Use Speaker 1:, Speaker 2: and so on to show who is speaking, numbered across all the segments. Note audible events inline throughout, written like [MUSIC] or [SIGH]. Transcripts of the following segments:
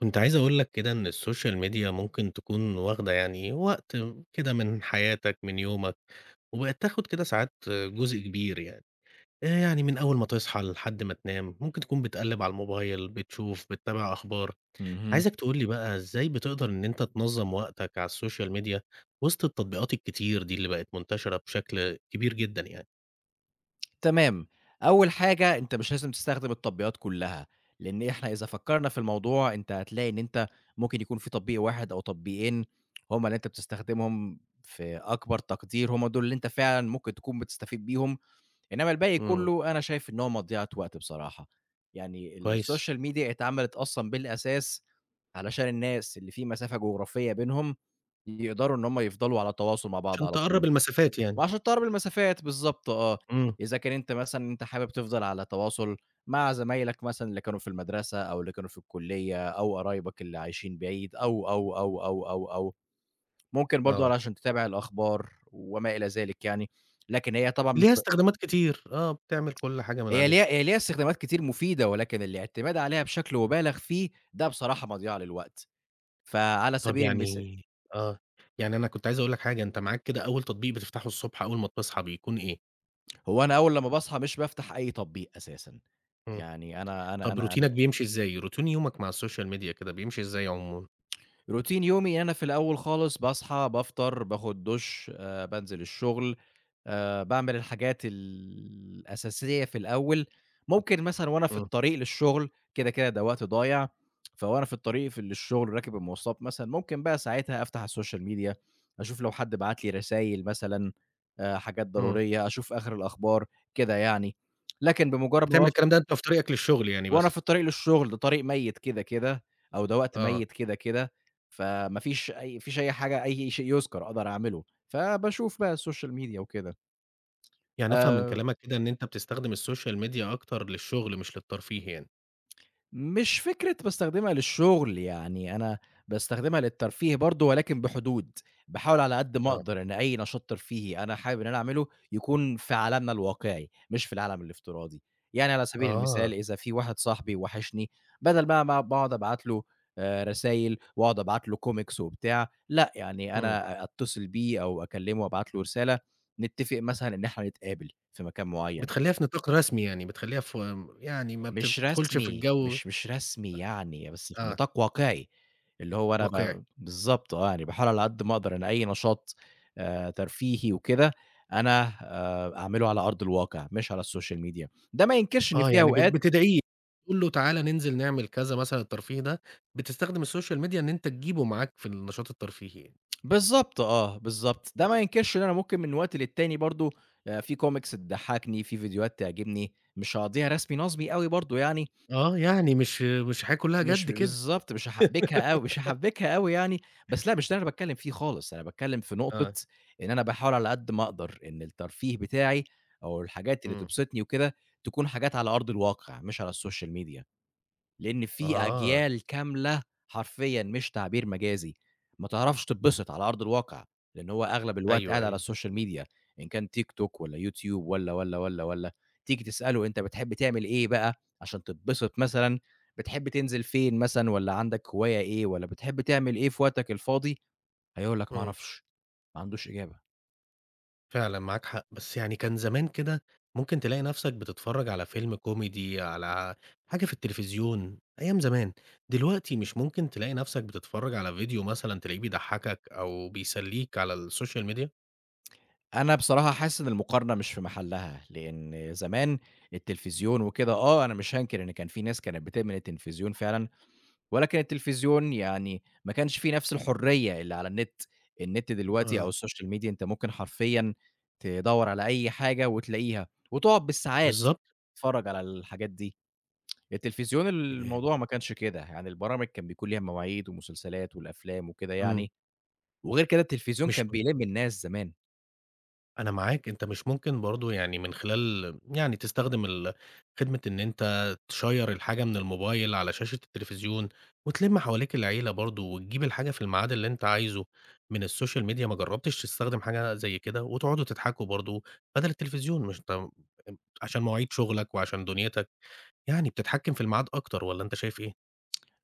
Speaker 1: كنت عايز أقول لك كده إن السوشيال ميديا ممكن تكون واخدة يعني وقت كده من حياتك، من يومك، وبقت تاخد كده ساعات جزء كبير يعني. يعني من أول ما تصحى لحد ما تنام، ممكن تكون بتقلِّب على الموبايل، بتشوف، بتتابع أخبار.
Speaker 2: اهم.
Speaker 1: عايزك تقول لي بقى إزاي بتقدر إن أنت تنظّم وقتك على السوشيال ميديا وسط التطبيقات الكتير دي اللي بقت منتشرة بشكل كبير جدًا يعني؟
Speaker 2: تمام. أول حاجة أنت مش لازم تستخدم التطبيقات كلّها، لإن إحنا إذا فكّرنا في الموضوع أنت هتلاقي إن أنت ممكن يكون في تطبيق واحد أو تطبيقين هُم اللي أنت بتستخدمهم في أكبر تقدير، هُم دول اللي أنت فعلًا ممكن تكون بتستفيد بيهم، إنّما الباقي
Speaker 1: إمم،
Speaker 2: كلّه أنا شايف إن هو مضيعة وقت بصراحة. يعني
Speaker 1: كويس،
Speaker 2: السوشيال ميديا اتعملت أصلًا بالأساس علشان الناس اللي في مسافة جغرافية بينهم يقدروا إن هُم يفضلوا على تواصل مع بعض
Speaker 1: عشان
Speaker 2: على
Speaker 1: تقرّب
Speaker 2: طول.
Speaker 1: المسافات يعني.
Speaker 2: وعشان تقرّب المسافات بالضبط آه.
Speaker 1: إمم،
Speaker 2: إذا كان أنت مثلًا أنت حابب تفضل على تواصل مع زمايلك مثلًا اللي كانوا في المدرسة أو اللي كانوا في الكلية أو قرايبك اللي عايشين بعيد أو، أو، أو، أو، أو، أو. ممكن برضه
Speaker 1: آه،
Speaker 2: علشان تتابع الأخبار وما إلى ذلك يعني. لكن هي طبعًا مش
Speaker 1: ليها
Speaker 2: ب
Speaker 1: استخدامات كتير، آه، بتعمل كل حاجة من
Speaker 2: هي
Speaker 1: عليها.
Speaker 2: ليها هي ليها استخدامات كتير مفيدة، ولكن الاعتماد عليها بشكل مبالغ فيه ده بصراحة مضيعة للوقت. فعلى
Speaker 1: طب
Speaker 2: سبيل المثال
Speaker 1: يعني آه. يعني أنا كنت عايز أقول لك حاجة، أنت معاك كده أول تطبيق بتفتحه الصبح أول ما بتصحى بيكون إيه؟
Speaker 2: هو أنا أول لمّا باصحى مش بافتح أي تطبيق أساسًا.
Speaker 1: إمم.
Speaker 2: يعني أنا أنا
Speaker 1: طب
Speaker 2: أنا أنا
Speaker 1: روتينك بيمشي إزاي؟ روتين يومك مع السوشيال ميديا كده بيمشي إزاي عمومًا؟
Speaker 2: روتين يومي إن أنا في الأول خالص باصحى، بافطر، باخد دُش، بانزل الشغل، باعمل الحاجات الأساسية في الأول، ممكن مثلًا وأنا في
Speaker 1: إمم.
Speaker 2: الطريق للشغل كده، كده ده وقت ضايع، فوأنا في الطريق للشغل راكب المواصلات مثلًا، ممكن بقى ساعتها أفتح السوشيال ميديا، أشوف لو حد بعت لي رسايل مثلًا، حاجات
Speaker 1: إمم.
Speaker 2: ضرورية، أشوف آخر الأخبار، كده يعني. لكن بمجرد ما
Speaker 1: بتعمل الكلام ده أنت في طريقك للشغل يعني
Speaker 2: وأنا في
Speaker 1: بس؟
Speaker 2: الطريق للشغل، ده طريق ميت كده، كده، أو ده وقت
Speaker 1: آه.
Speaker 2: ميت كده، كده، فما فيش أي ما فيش أي حاجة أي شيء يُذكر أقدر أعمله، فباشوف بقى السوشيال ميديا وكده.
Speaker 1: يعني أفهم من
Speaker 2: آآ
Speaker 1: كلامك كده إن أنت بتستخدم السوشيال ميديا أكتر للشغل مش للترفيه يعني.
Speaker 2: مش فكرة باستخدمها للشغل، يعني أنا باستخدمها للترفيه برضه ولكن بحدود، باحاول على قد ما
Speaker 1: آه.
Speaker 2: أقدر إن أي نشاط ترفيهي أنا حابب إن أنا أعمله يكون في عالمنا الواقعي، مش في العالم الافتراضي، يعني على سبيل المثال
Speaker 1: آه.
Speaker 2: إذا في واحد صاحبي وحشني بدل بقى ما باقعد أبعت له رسايل وأقعد أبعت له comics وبتاع، لأ يعني
Speaker 1: إمم.
Speaker 2: أنا أتصل بيه أو أكلمه وأبعت له رسالة، نتفق مثلًا إن إحنا نتقابل في مكان معين.
Speaker 1: بتخلّيها في نطاق رسمي يعني، بتخلّيها في يعني ما
Speaker 2: مش
Speaker 1: بتدخلش في
Speaker 2: رسمي،
Speaker 1: الجو
Speaker 2: مش رسمي يعني، بس في
Speaker 1: آه.
Speaker 2: نطاق واقعي، اللي هو أنا
Speaker 1: واقعي.
Speaker 2: ب بالضبط آه، يعني باحاول على قد ما أقدر إن أي نشاط ترفيهي وكده، أنا أعمله على أرض الواقع، مش على السوشيال ميديا، ده ما ينكرش إن
Speaker 1: آه،
Speaker 2: في
Speaker 1: يعني بت
Speaker 2: أوقات
Speaker 1: بتدعيه، تقول له تعالَ ننزل نعمل كذا مثلًا الترفيه ده، بتستخدم الSocial media إن أنت تجيبه معاك في النشاط الترفيهي يعني.
Speaker 2: بالضبط آه، بالضبط، ده
Speaker 1: آه،
Speaker 2: ما ينكرش إن أنا ممكن من وقت للتاني برضه في comics تضحّكني، في فيديوهات تعجبني، مش هاقضيها رسمي نَصْبي أوي برضه يعني.
Speaker 1: آه يعني مش حاجة كلّها
Speaker 2: مش
Speaker 1: جَد كده.
Speaker 2: بالضبط، مش هاحبّكها أوي، مش
Speaker 1: [LAUGHS]
Speaker 2: هاحبّكها أوي يعني، بس لأ مش ده اللي أنا باتكلّم فيه خالص، أنا باتكلّم في
Speaker 1: آه،
Speaker 2: نقطة إن أنا باحاول على قد ما أقدر إن الترفيه بتاعي أو الحاجات اللي
Speaker 1: إمم،
Speaker 2: تبسطني وكده، تكون حاجات على أرض الواقع مش على السوشيال ميديا. لإن في
Speaker 1: آه،
Speaker 2: أجيال كاملة حرفيًا مش تعبير مجازي، ما تعرفش تتبسط على أرض الواقع، لإن هو أغلب الوقت قاعد
Speaker 1: أيوه،
Speaker 2: على
Speaker 1: أيوه،
Speaker 2: الSocial media إن كان TikTok والّا YouTube والّا، والّا، والّا، والّا. تيجي تسأله أنت بتحب تعمل إيه بقى عشان تتبسط مثلًا، بتحب تنزل فين مثلًا والّا عندك هواية إيه والّا بتحب تعمل إيه في وقتك الفاضي؟ هيقول لك ما
Speaker 1: إمم،
Speaker 2: أعرفش، ما عندوش إجابة.
Speaker 1: فعلًا معاك حق، بس يعني كان زمان كده ممكن تلاقي نفْسك بتتفرّج على فيلم كوميدي، على حاجة في التلفزيون أيام زمان، دلوقتي مش ممكن تلاقي نفْسك بتتفرّج على فيديو مثلًا تلاقيه بيضحّكك أو بيسلّيك على الSocial media؟
Speaker 2: أنا بصراحة حاسس إن المقارنة مش في محلها، لإن زمان التلفزيون وكده آه، أنا مش هانكر إن كان في ناس كانت بتدمن التلفزيون فعلًا. ولكن التلفزيون يعني ما كانش فيه نفس الحرية اللي على النت، النت دلوقتي أو
Speaker 1: آه،
Speaker 2: الSocial media أنت ممكن حرفيًا تدوّر على أي حاجة وتلاقيها، وتقعد بالساعات
Speaker 1: بالضبط.
Speaker 2: تتفرّج على الحاجات دي. التلفزيون الموضوع ما كانش كده، يعني البرامج كان بيكون ليها مواعيد ومسلسلات والأفلام وكده
Speaker 1: إمم.
Speaker 2: يعني، وغير كده التلفزيون
Speaker 1: مش
Speaker 2: كان
Speaker 1: م
Speaker 2: بيلِم الناس زمان.
Speaker 1: أنا معاك، أنت مش ممكن برضه يعني من خلال يعني تستخدم ال خدمة إن أنت تشيّر الحاجة من الموبايل على شاشة التلفزيون وتلِم حواليك العيلة برضه وتجيب الحاجة في الميعاد اللي أنت عايزه من السوشيال ميديا، ما جرّبتش تستخدم حاجة زي كده وتقعدوا تضحكوا برضه بدل التلفزيون؟ مش أنت عشان مواعيد شغلك وعشان دنيتك، يعني بتتحكّم في الميعاد أكتر والّا أنت شايف إيه؟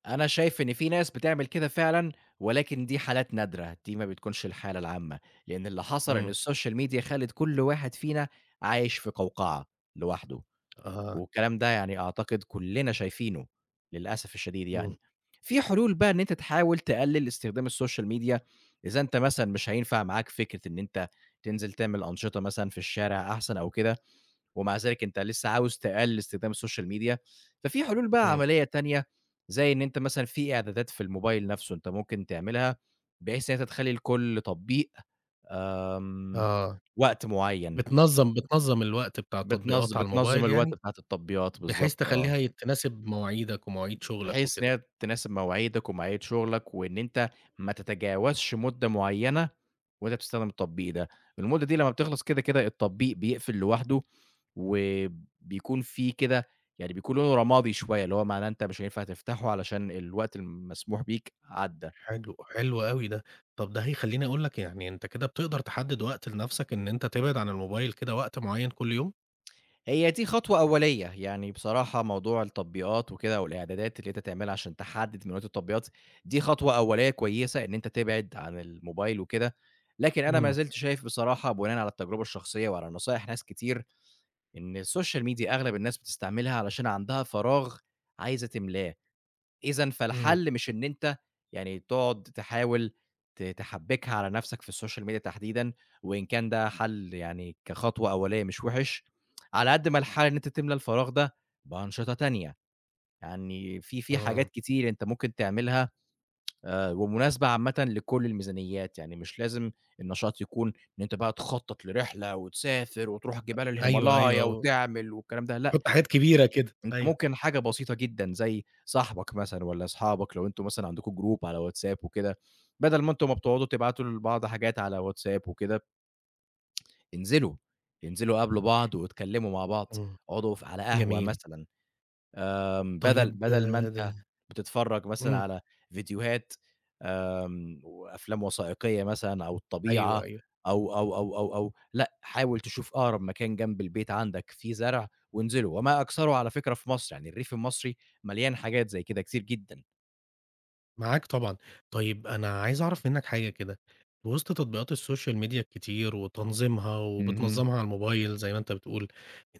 Speaker 2: أنا شايف إن في ناس بتعمل كده فعلًا، ولكن دي حالات نادرة، دي ما بتكونش الحالة العامة، لإن اللي حصل إن
Speaker 1: إمم.
Speaker 2: السوشيال ميديا خلِّت كل واحد فينا عايش في قوقعة لوحده،
Speaker 1: آه.
Speaker 2: والكلام ده يعني أعتقد كلنا شايفينه للأسف الشديد
Speaker 1: إمم.
Speaker 2: يعني. في حلول بقى إن أنت تحاول تقلِّل استخدام السوشيال ميديا، إذا أنت مثلًا مش هينفع معاك فكرة إن أنت تنزل تعمل أنشطة مثلًا في الشارع أحسن أو كده. ومع ذلك أنت لسه عاوز تقلل استخدام السوشيال ميديا، ففي حلول بقى
Speaker 1: إمم.
Speaker 2: عملية تانية، زي إن أنت مثلًا في إعدادات في الموبايل نفسه أنت ممكن تعملها، بحيث إن أنت تخلّي لكل تطبيق آمم،
Speaker 1: آه.
Speaker 2: وقت معين،
Speaker 1: بتنظّم الوقت بتاع التطبيقات على
Speaker 2: بتنظم
Speaker 1: الموبايل
Speaker 2: الوقت
Speaker 1: يعني؟
Speaker 2: بتاعة التطبيقات،
Speaker 1: بحيث
Speaker 2: بالضبط، آه.
Speaker 1: تخلّيها ي تناسب مواعيدك ومواعيد شغلك
Speaker 2: بحيث إن
Speaker 1: وكده،
Speaker 2: هي تناسب مواعيدك ومواعيد شغلك، وإن أنت ما تتجاوزش مدة معيّنة وأنت بتستخدم التطبيق ده، المدة دي لمّا بتخلص كده، كده التطبيق بيقفل لوحده، وبيكون في كده يعني بيكون لونه رمادي شوية، اللي هو معناه أنت مش هينفع تفتحه علشان الوقت المسموح بيك عدّى.
Speaker 1: حلو، حلو أوي ده. طب ده هيخلّيني أقول لك يعني أنت كده بتقدر تحدد وقت لنفسك إن أنت تبعد عن الموبايل كده وقت معيّن كل يوم؟
Speaker 2: هي دي خطوة أولية، يعني بصراحة موضوع التطبيقات وكده والإعدادات اللي أنت تعملها عشان تحدد مكونات التطبيقات، دي خطوة أولية كويسة إن أنت تبعد عن الموبايل وكده، لكن أنا ما
Speaker 1: إمم،
Speaker 2: زلت شايف بصراحة بناءً على التجربة الشخصية وعلى نصايح ناس كتير، إن السوشيال ميديا أغلب الناس بتستعملها علشان عندها فراغ عايزة تملاه. إذًا
Speaker 1: إمم،
Speaker 2: فالحل مش إن أنت يعني تقعد تحاول تحبّكها على نَفْسك في الSocial Media تحديدًا، وإن كان ده حل يعني كخطوة أولية مش وِحِش، على قد ما الحل إن أنت تملى الفراغ ده بأنشطة تانية، يعني في
Speaker 1: آه،
Speaker 2: حاجات كتير أنت ممكن تعملها ومناسبة عامةً لكل الميزانيات، يعني مش لازم النشاط يكون إن أنت بقى تخطّط لرحلة وتسافر وتروح جبال
Speaker 1: أيوه،
Speaker 2: الهيمالايا
Speaker 1: أيوه،
Speaker 2: وتعمل والكلام ده لأ،
Speaker 1: تحط حاجات كبيرة كده،
Speaker 2: أنت
Speaker 1: أيوه،
Speaker 2: ممكن حاجة بسيطة جدًا زي صاحبك مثلًا والّا أصحابك لو أنتم مثلًا عندكم جروب على واتساب وكده، بدل ما أنتم ما بتقعدوا تبعتوا لبعض حاجات على واتساب وكده، انزلوا، انزلوا قابلوا بعض واتكلموا مع بعض،
Speaker 1: إمم،
Speaker 2: اقعدوا ف على قهوة
Speaker 1: جميل.
Speaker 2: مثلًا، بدل
Speaker 1: طيب
Speaker 2: بدل ما
Speaker 1: آه،
Speaker 2: أنت
Speaker 1: ده
Speaker 2: بتتفرج مثلًا
Speaker 1: إمم،
Speaker 2: على فيديوهات آمم، وأفلام وثائقية مثلًا أو الطبيعة
Speaker 1: أيوه، أيوه.
Speaker 2: أو، أو، أو، أو، أو، لأ، حاول تشوف أقرب مكان جنب البيت عندك فيه زرع وانزله، وما أكثره على فكرة في مصر، يعني الريف المصري مليان حاجات زي كده كتير جدًا.
Speaker 1: معاك طبعًا. طيب أنا عايز أعرف منّك حاجة كده، في وسط تطبيقات السوشيال ميديا الكتير وتنظيمها
Speaker 2: اهم.
Speaker 1: وبتنظّمها على الموبايل زي ما أنت بتقول،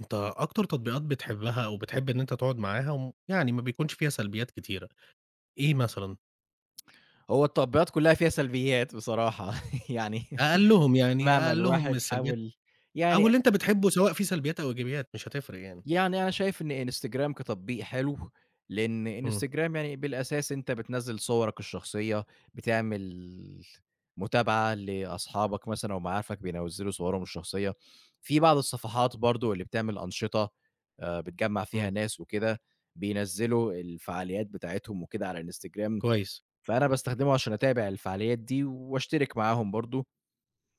Speaker 1: أنت أكتر تطبيقات بتحبها أو بتحب إن أنت تقعد معاها وم يعني ما بيكونش فيها سلبيات كتيرة، إيه مثلًا؟
Speaker 2: هو التطبيقات كلها فيها سلبيات بصراحة، [LAUGHS] يعني مهما
Speaker 1: أقلّهم
Speaker 2: الواحد
Speaker 1: السلبيات
Speaker 2: حاول
Speaker 1: أو
Speaker 2: يعني
Speaker 1: اللي أنت بتحبه سواء في سلبيات أو إيجابيات مش هتفرق يعني.
Speaker 2: يعني أنا شايف إن إنستجرام كتطبيق حلو، لإن
Speaker 1: إمم،
Speaker 2: إنستجرام يعني بالأساس أنت بتنزّل صورك الشخصية، بتعمل متابعة لأصحابك مثلًا أو معارفك بينزّلوا صورهم الشخصية، في بعض الصفحات برضه اللي بتعمل أنشطة بتجمّع فيها
Speaker 1: إمم،
Speaker 2: ناس وكده، بينزّلوا الفعاليات بتاعتهم وكده على إنستجرام،
Speaker 1: كويس.
Speaker 2: فأنا باستخدمه عشان أتابع الفعاليات دي وأشترك معاهم برضه،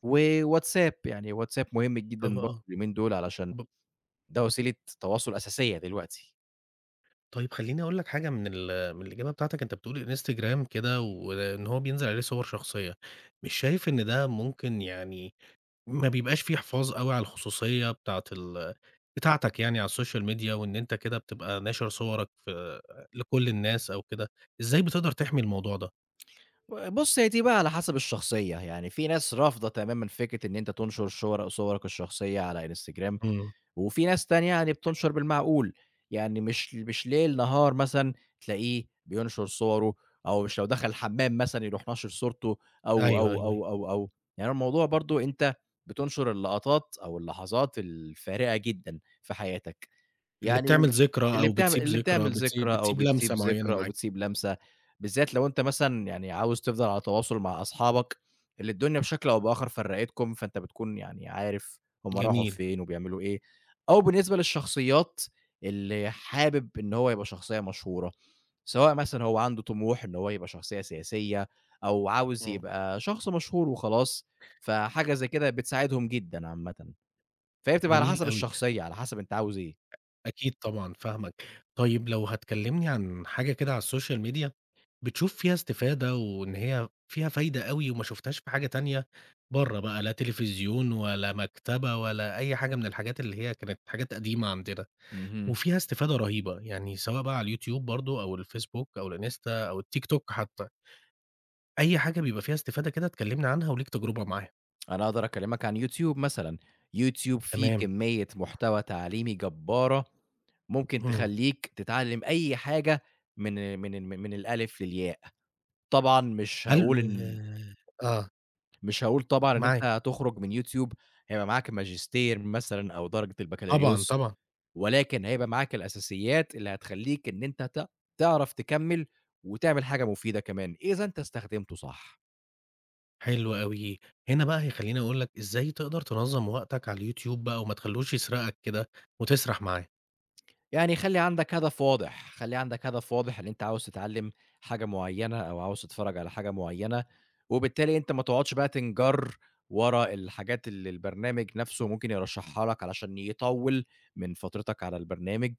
Speaker 2: وواتساب يعني واتساب مهم
Speaker 1: آه،
Speaker 2: جدًا برضه
Speaker 1: آه.
Speaker 2: اليومين دول علشان
Speaker 1: ب
Speaker 2: ده وسيلة تواصل أساسية دلوقتي.
Speaker 1: طيب خلّيني أقول لك حاجة من الإجابة بتاعتك، أنت بتقول Instagram كده وإن هو بينزل عليه صور شخصية، مش شايف إن ده ممكن يعني ما بيبقاش في حفاظ أوي على الخصوصية بتاعة ال بتاعتك يعني على الSocial Media وإن أنت كده بتبقى ناشر صورك في لكل الناس أو كده، إزاي بتقدر تحمي الموضوع ده؟
Speaker 2: بُص، هي دي بقى على حسب الشخصية، يعني في ناس رافضة تمامًا فكرة إن أنت تنشر شور صورك الشخصية على Instagram،
Speaker 1: إمم،
Speaker 2: وفي ناس تانية يعني بتنشر بالمعقول، يعني مش ليل نهار مثلًا تلاقيه بينشر صوره، أو مش لو دخل الحمام مثلًا يروح ناشر صورته أو،
Speaker 1: أيوه،
Speaker 2: أو،
Speaker 1: أيوه،
Speaker 2: أو، أو، أو، يعني الموضوع برضه أنت بتنشر اللقطات أو اللحظات الفارقة جدًا في حياتك.
Speaker 1: اللي
Speaker 2: يعني
Speaker 1: بتعمل
Speaker 2: و
Speaker 1: ذكرى
Speaker 2: اللي
Speaker 1: أو
Speaker 2: بتعمل
Speaker 1: بتسيب
Speaker 2: اللي
Speaker 1: ذكرى،
Speaker 2: بتعمل
Speaker 1: بتسيب
Speaker 2: ذكرى أو
Speaker 1: بتسيب
Speaker 2: بتسيب
Speaker 1: لمسة معيّنة
Speaker 2: ذكرى أو
Speaker 1: معاك،
Speaker 2: بتسيب لمسة، بالذات لو أنت مثلًا يعني عاوز تفضل على تواصل مع أصحابك اللي الدنيا بشكل أو بآخر فرّقتكم، فأنت بتكون يعني عارف هُم راحوا
Speaker 1: جميل،
Speaker 2: فين وبيعملوا إيه، أو بالنسبة للشخصيات اللي حابب إن هو يبقى شخصية مشهورة، سواء مثلًا هو عنده طموح إن هو يبقى شخصية سياسية أو عاوز
Speaker 1: إمم،
Speaker 2: يبقى شخص مشهور وخلاص، فحاجة زي كده بتساعدهم جدًا عامةً، فهي بتبقى على
Speaker 1: جميل
Speaker 2: حسب
Speaker 1: أوي.
Speaker 2: الشخصية، على حسب أنت عاوز إيه.
Speaker 1: أكيد طبعًا فاهمك. طيب لو هتكلمني عن حاجة كده على السوشيال ميديا بتشوف فيها استفادة وإن هي فيها فايدة أوي وما شُفتهاش في حاجة تانية برّه بقى، لا تليفزيون ولا مكتبة ولا أي حاجة من الحاجات اللي هي كانت حاجات قديمة عندنا،
Speaker 2: اهم.
Speaker 1: وفيها استفادة رهيبة، يعني سواء بقى على اليوتيوب برضه أو الفيسبوك أو الإنستا أو التيك توك حتى، أي حاجة بيبقى فيها استفادة كده اتكلمنا عنها وليك تجربة معاها.
Speaker 2: أنا أقدر أكلّمك عن يوتيوب مثلًا، يوتيوب فيه
Speaker 1: تمام،
Speaker 2: كمية محتوى تعليمي جبّارة، ممكن
Speaker 1: إمم.
Speaker 2: تخلّيك تتعلّم أي حاجة من الألف للياء، طبعًا مش
Speaker 1: هل
Speaker 2: هاقول إن
Speaker 1: آه،
Speaker 2: مش هاقول طبعًا إن أنت
Speaker 1: معاك.
Speaker 2: هتخرج من يوتيوب هيبقى معاك ماجستير مثلًا أو درجة
Speaker 1: طبعًا،
Speaker 2: البكالوريوس،
Speaker 1: طبعًا.
Speaker 2: ولكن هيبقى معاك الأساسيات اللي هتخلّيك إن أنت ت تعرف تكمّل وتعمل حاجة مفيدة كمان، إذا أنت استخدمته صح.
Speaker 1: حلو أوي. هنا بقى هيخلّيني أقول لك إزاي تقدر تنظّم وقتك على اليوتيوب بقى وما تخلّوش يسرقك كده وتسرح معاه.
Speaker 2: يعني خلّي عندك هدف واضح، خلّي عندك هدف واضح إن أنت عاوز تتعلّم حاجة معيّنة أو عاوز تتفرّج على حاجة معيّنة، وبالتالي أنت ما تقعدش بقى تنجَر ورا الحاجات اللي البرنامج نَفْسه ممكن يرشّحها لك علشان يطوِّل من فترتك على البرنامج،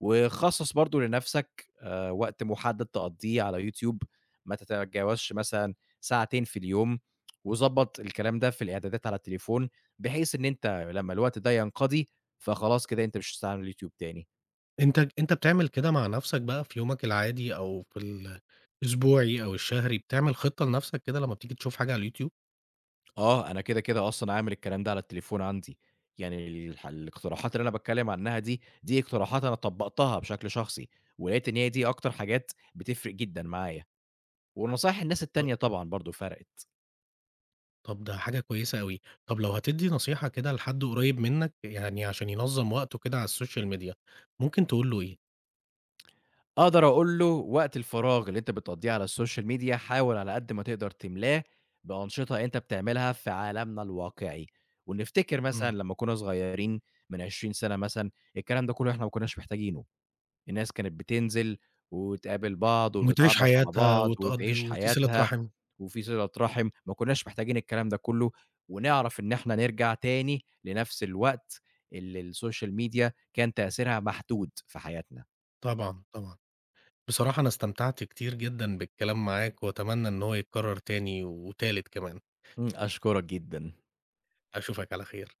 Speaker 2: وخصّص برضه لنَفْسك وقت محدّد تقضّيه على YouTube، ما تتجاوزش مثلًا ساعتين في اليوم، وضبّط الكلام ده في الإعدادات على التليفون، بحيث إن أنت لمّا الوقت ده ينقضي، فخلاص كده أنت مش هتستعمل الYouTube تاني.
Speaker 1: أنت بتعمل كده مع نَفْسك بقى في يومك العادي أو في الأسبوعي أو الشهري، بتعمل خطة لنَفْسك كده لمّا بتيجي تشوف حاجة على اليوتيوب؟
Speaker 2: آه، أنا كده، كده أصلًا عامل الكلام ده على التليفون عندي، يعني الح الاقتراحات اللي أنا باتكلّم عنها دي، دي اقتراحات أنا طبّقتها بشكل شخصي، ولقيت إن هي دي أكتر حاجات بتفرق جدًا معايا، ونصايح الناس
Speaker 1: ط
Speaker 2: التانية طبعًا برضه فرقِت.
Speaker 1: طب ده حاجة كويسة أوي. طب لو هتدّي نصيحة كده لحد قريب منّك يعني عشان ينظّم وقته كده على السوشيال ميديا، ممكن تقول له إيه؟
Speaker 2: أقدر أقول له وقت الفراغ اللي أنت بتقضّيه على السوشيال ميديا حاول على قد ما تقدر تملاه بأنشطة أنت بتعملها في عالمنا الواقعي، ونفتكر
Speaker 1: إمم.
Speaker 2: مثلًا لمّا كنا صغيّرين من 20 سَنة مثلًا، الكلام ده كلّه إحنا ما كناش محتاجينه. الناس كانت بتنزل وتقابل بعض
Speaker 1: وتعيش
Speaker 2: وتتعرّف على
Speaker 1: حياتها
Speaker 2: بعض
Speaker 1: وتقضّي
Speaker 2: وتعيش
Speaker 1: وفي صِلة
Speaker 2: حياتها
Speaker 1: رحم.
Speaker 2: وفي صِلة رحم، ما كُناش محتاجين الكلام ده كُلّه ونعرف إن إحنا نرجع تاني لنفس الوقت اللي السوشيال ميديا كان تأثيرها محدود في حياتنا.
Speaker 1: طبعًا، طبعًا. بصراحة أنا استمتعت كتير جدًا بالكلام معاك، وأتمنى إن هو يتكرر تاني وتالت كمان،
Speaker 2: إمم، أشكرك جدًا.
Speaker 1: أشوفك على خير.